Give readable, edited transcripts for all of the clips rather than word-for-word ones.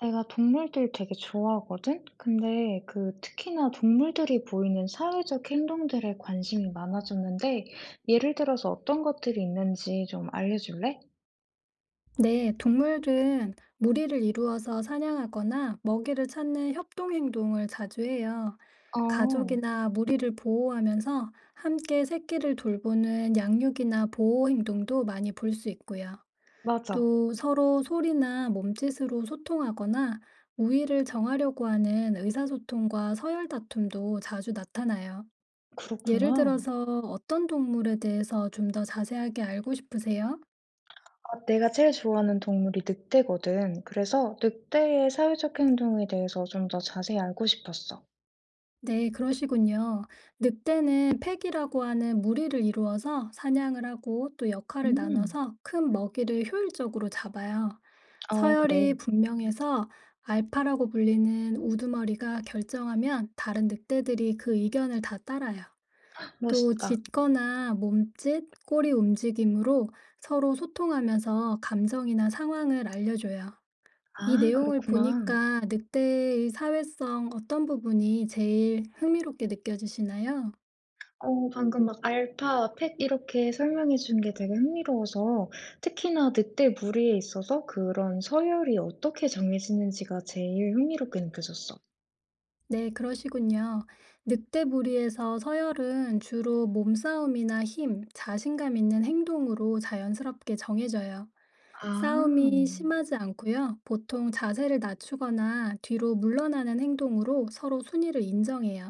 내가 동물들 되게 좋아하거든? 근데 그 특히나 동물들이 보이는 사회적 행동들에 관심이 많아졌는데, 예를 들어서 어떤 것들이 있는지 좀 알려줄래? 네, 동물들은 무리를 이루어서 사냥하거나 먹이를 찾는 협동 행동을 자주 해요. 어, 가족이나 무리를 보호하면서 함께 새끼를 돌보는 양육이나 보호 행동도 많이 볼 수 있고요. 맞아. 또 서로 소리나 몸짓으로 소통하거나 우위를 정하려고 하는 의사소통과 서열 다툼도 자주 나타나요. 예를 그렇구나. 들어서 어떤 동물에 대해서 좀 더 자세하게 알고 싶으세요? 아, 내가 제일 좋아하는 동물이 늑대거든. 그래서 늑대의 사회적 행동에 대해서 좀 더 자세히 알고 싶었어. 네, 그러시군요. 늑대는 팩이라고 하는 무리를 이루어서 사냥을 하고 또 역할을 음, 나눠서 큰 먹이를 효율적으로 잡아요. 어, 그래. 서열이 분명해서 알파라고 불리는 우두머리가 결정하면 다른 늑대들이 그 의견을 다 따라요. 또 멋있다. 짖거나 몸짓, 꼬리 움직임으로 서로 소통하면서 감정이나 상황을 알려줘요. 이 아, 내용을 그렇구나. 보니까 늑대의 사회성 어떤 부분이 제일 흥미롭게 느껴지시나요? 어 방금 막 알파, 팩 이렇게 설명해 준 게 되게 흥미로워서 특히나 늑대 무리에 있어서 그런 서열이 어떻게 정해지는지가 제일 흥미롭게 느껴졌어. 네, 그러시군요. 늑대 무리에서 서열은 주로 몸싸움이나 힘, 자신감 있는 행동으로 자연스럽게 정해져요. 아. 싸움이 심하지 않고요. 보통 자세를 낮추거나 뒤로 물러나는 행동으로 서로 순위를 인정해요.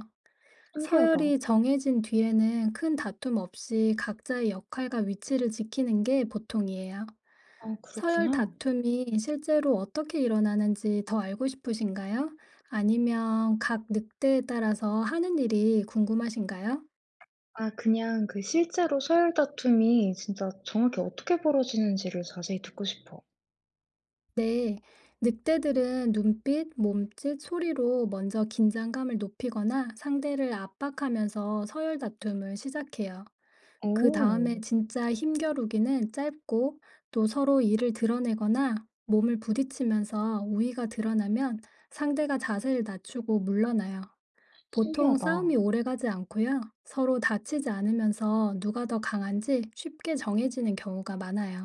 신기하다. 서열이 정해진 뒤에는 큰 다툼 없이 각자의 역할과 위치를 지키는 게 보통이에요. 아 서열 그렇구나. 다툼이 실제로 어떻게 일어나는지 더 알고 싶으신가요? 아니면 각 늑대에 따라서 하는 일이 궁금하신가요? 아 그냥 그 실제로 서열 다툼이 진짜 정확히 어떻게 벌어지는지를 자세히 듣고 싶어. 네. 늑대들은 눈빛, 몸짓, 소리로 먼저 긴장감을 높이거나 상대를 압박하면서 서열 다툼을 시작해요. 그 오. 다음에 진짜 힘겨루기는 짧고 또 서로 이를 드러내거나 몸을 부딪히면서 우위가 드러나면 상대가 자세를 낮추고 물러나요. 보통 신기하다. 싸움이 오래가지 않고요. 서로 다치지 않으면서 누가 더 강한지 쉽게 정해지는 경우가 많아요.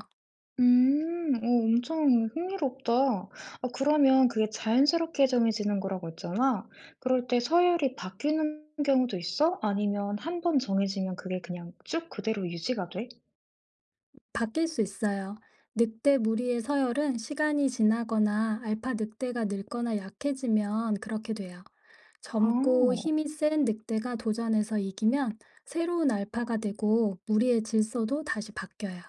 음. 어 엄청 흥미롭다. 아 그러면 그게 자연스럽게 정해지는 거라고 했잖아. 그럴 때 서열이 바뀌는 경우도 있어? 아니면 한번 정해지면 그게 그냥 쭉 그대로 유지가 돼? 바뀔 수 있어요. 늑대 무리의 서열은 시간이 지나거나 알파 늑대가 늙거나 약해지면 그렇게 돼요. 젊고 아. 힘이 센 늑대가 도전해서 이기면 새로운 알파가 되고 무리의 질서도 다시 바뀌어요.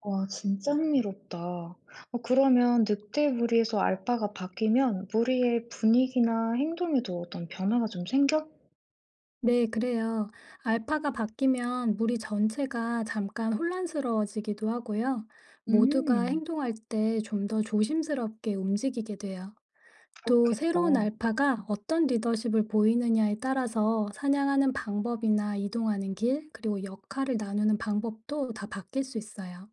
와 진짜 흥미롭다. 어 그러면 늑대 무리에서 알파가 바뀌면 무리의 분위기나 행동에도 어떤 변화가 좀 생겨? 네, 그래요. 알파가 바뀌면 무리 전체가 잠깐 혼란스러워지기도 하고요. 모두가 음. 행동할 때 좀 더 조심스럽게 움직이게 돼요. 또 그렇겠다. 새로운 알파가 어떤 리더십을 보이느냐에 따라서 사냥하는 방법이나 이동하는 길, 그리고 역할을 나누는 방법도 다 바뀔 수 있어요.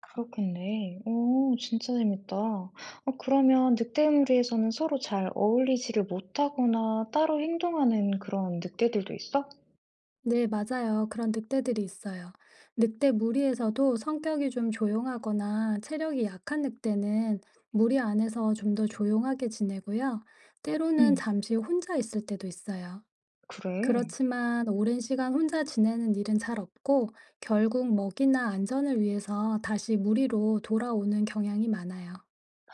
그렇겠네. 오, 진짜 재밌다. 어, 그러면 늑대무리에서는 서로 잘 어울리지를 못하거나 따로 행동하는 그런 늑대들도 있어? 네, 맞아요. 그런 늑대들이 있어요. 늑대 무리에서도 성격이 좀 조용하거나 체력이 약한 늑대는 무리 안에서 좀 더 조용하게 지내고요. 때로는 응, 잠시 혼자 있을 때도 있어요. 그래. 그렇지만 오랜 시간 혼자 지내는 일은 잘 없고 결국 먹이나 안전을 위해서 다시 무리로 돌아오는 경향이 많아요.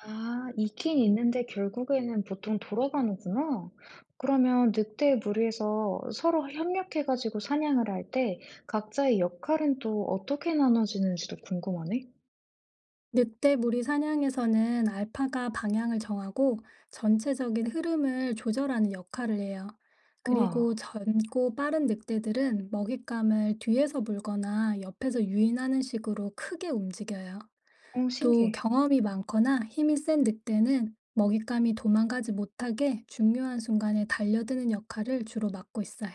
아, 있긴 있는데 결국에는 보통 돌아가는구나. 그러면 늑대 무리에서 서로 협력해가지고 사냥을 할 때 각자의 역할은 또 어떻게 나눠지는지도 궁금하네? 늑대무리 사냥에서는 알파가 방향을 정하고 전체적인 흐름을 조절하는 역할을 해요. 우와, 그리고 젊고 빠른 늑대들은 먹잇감을 뒤에서 물거나 옆에서 유인하는 식으로 크게 움직여요. 어, 또 신기해. 경험이 많거나 힘이 센 늑대는 먹잇감이 도망가지 못하게 중요한 순간에 달려드는 역할을 주로 맡고 있어요.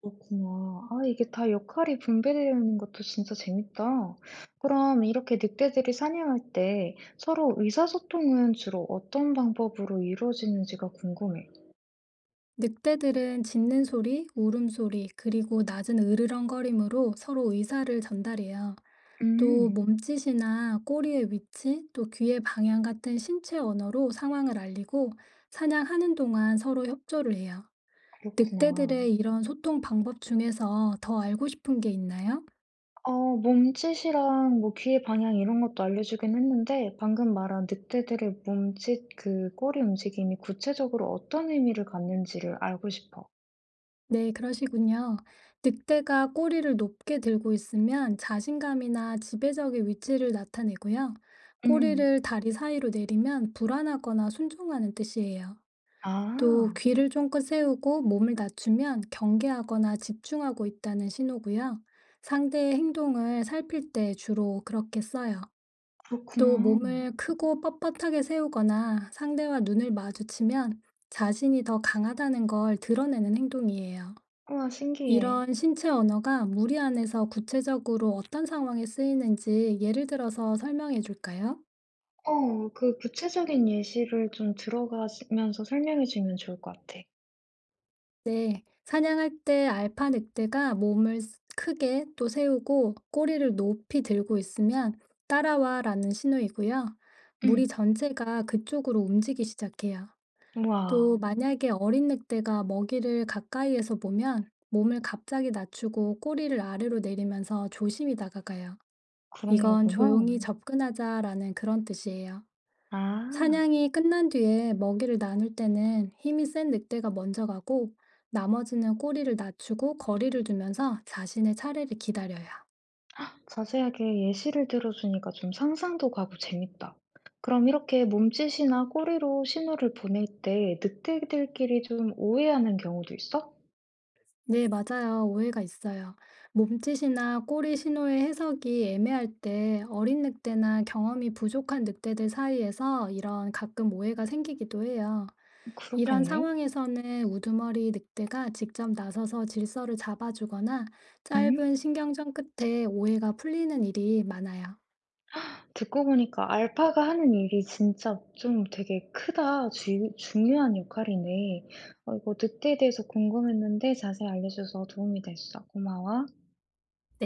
그렇구나. 아 이게 다 역할이 분배되어 있는 것도 진짜 재밌다. 그럼 이렇게 늑대들이 사냥할 때 서로 의사소통은 주로 어떤 방법으로 이루어지는지가 궁금해. 늑대들은 짖는 소리, 울음소리, 그리고 낮은 으르렁거림으로 서로 의사를 전달해요. 또 음, 몸짓이나 꼬리의 위치, 또 귀의 방향 같은 신체 언어로 상황을 알리고 사냥하는 동안 서로 협조를 해요. 그렇구나. 늑대들의 이런 소통 방법 중에서 더 알고 싶은 게 있나요? 어, 몸짓이랑 뭐 귀의 방향 이런 것도 알려주긴 했는데 방금 말한 늑대들의 몸짓 그 꼬리 움직임이 구체적으로 어떤 의미를 갖는지를 알고 싶어. 네, 그러시군요. 늑대가 꼬리를 높게 들고 있으면 자신감이나 지배적인 위치를 나타내고요. 음. 음. 꼬리를 다리 사이로 내리면 불안하거나 순종하는 뜻이에요. 또 아, 귀를 쫑긋 세우고 몸을 낮추면 경계하거나 집중하고 있다는 신호고요. 상대의 행동을 살필 때 주로 그렇게 써요. 또 그렇구나. 몸을 크고 뻣뻣하게 세우거나 상대와 눈을 마주치면 자신이 더 강하다는 걸 드러내는 행동이에요. 우와, 신기해. 이런 신체 언어가 무리 안에서 구체적으로 어떤 상황에 쓰이는지 예를 들어서 설명해 줄까요? 어 그 구체적인 예시를 좀 들어가면서 설명해 주면 좋을 것 같아. 네, 사냥할 때 알파 늑대가 몸을 크게 또 세우고 꼬리를 높이 들고 있으면 따라와라는 신호이고요. 응. 무리 전체가 그쪽으로 움직이기 시작해요. 또 우와. 만약에 어린 늑대가 먹이를 가까이에서 보면 몸을 갑자기 낮추고 꼬리를 아래로 내리면서 조심히 다가가요. 그런 이건 거구나. 조용히 접근하자라는 그런 뜻이에요. 아. 사냥이 끝난 뒤에 먹이를 나눌 때는 힘이 센 늑대가 먼저 가고 나머지는 꼬리를 낮추고 거리를 두면서 자신의 차례를 기다려요. 자세하게 예시를 들어 주니까 좀 상상도 가고 재밌다. 그럼 이렇게 몸짓이나 꼬리로 신호를 보낼 때 늑대들끼리 좀 오해하는 경우도 있어? 네, 맞아요. 오해가 있어요. 몸짓이나 꼬리 신호의 해석이 애매할 때 어린 늑대나 경험이 부족한 늑대들 사이에서 이런 가끔 오해가 생기기도 해요. 이런 그렇겠네. 상황에서는 우두머리 늑대가 직접 나서서 질서를 잡아주거나 응? 짧은 신경전 끝에 오해가 풀리는 일이 많아요. 듣고 보니까 알파가 하는 일이 진짜 좀 되게 크다. 중요한 역할이네. 어, 이거 늑대에 대해서 궁금했는데 자세히 알려줘서 도움이 됐어. 고마워. 네.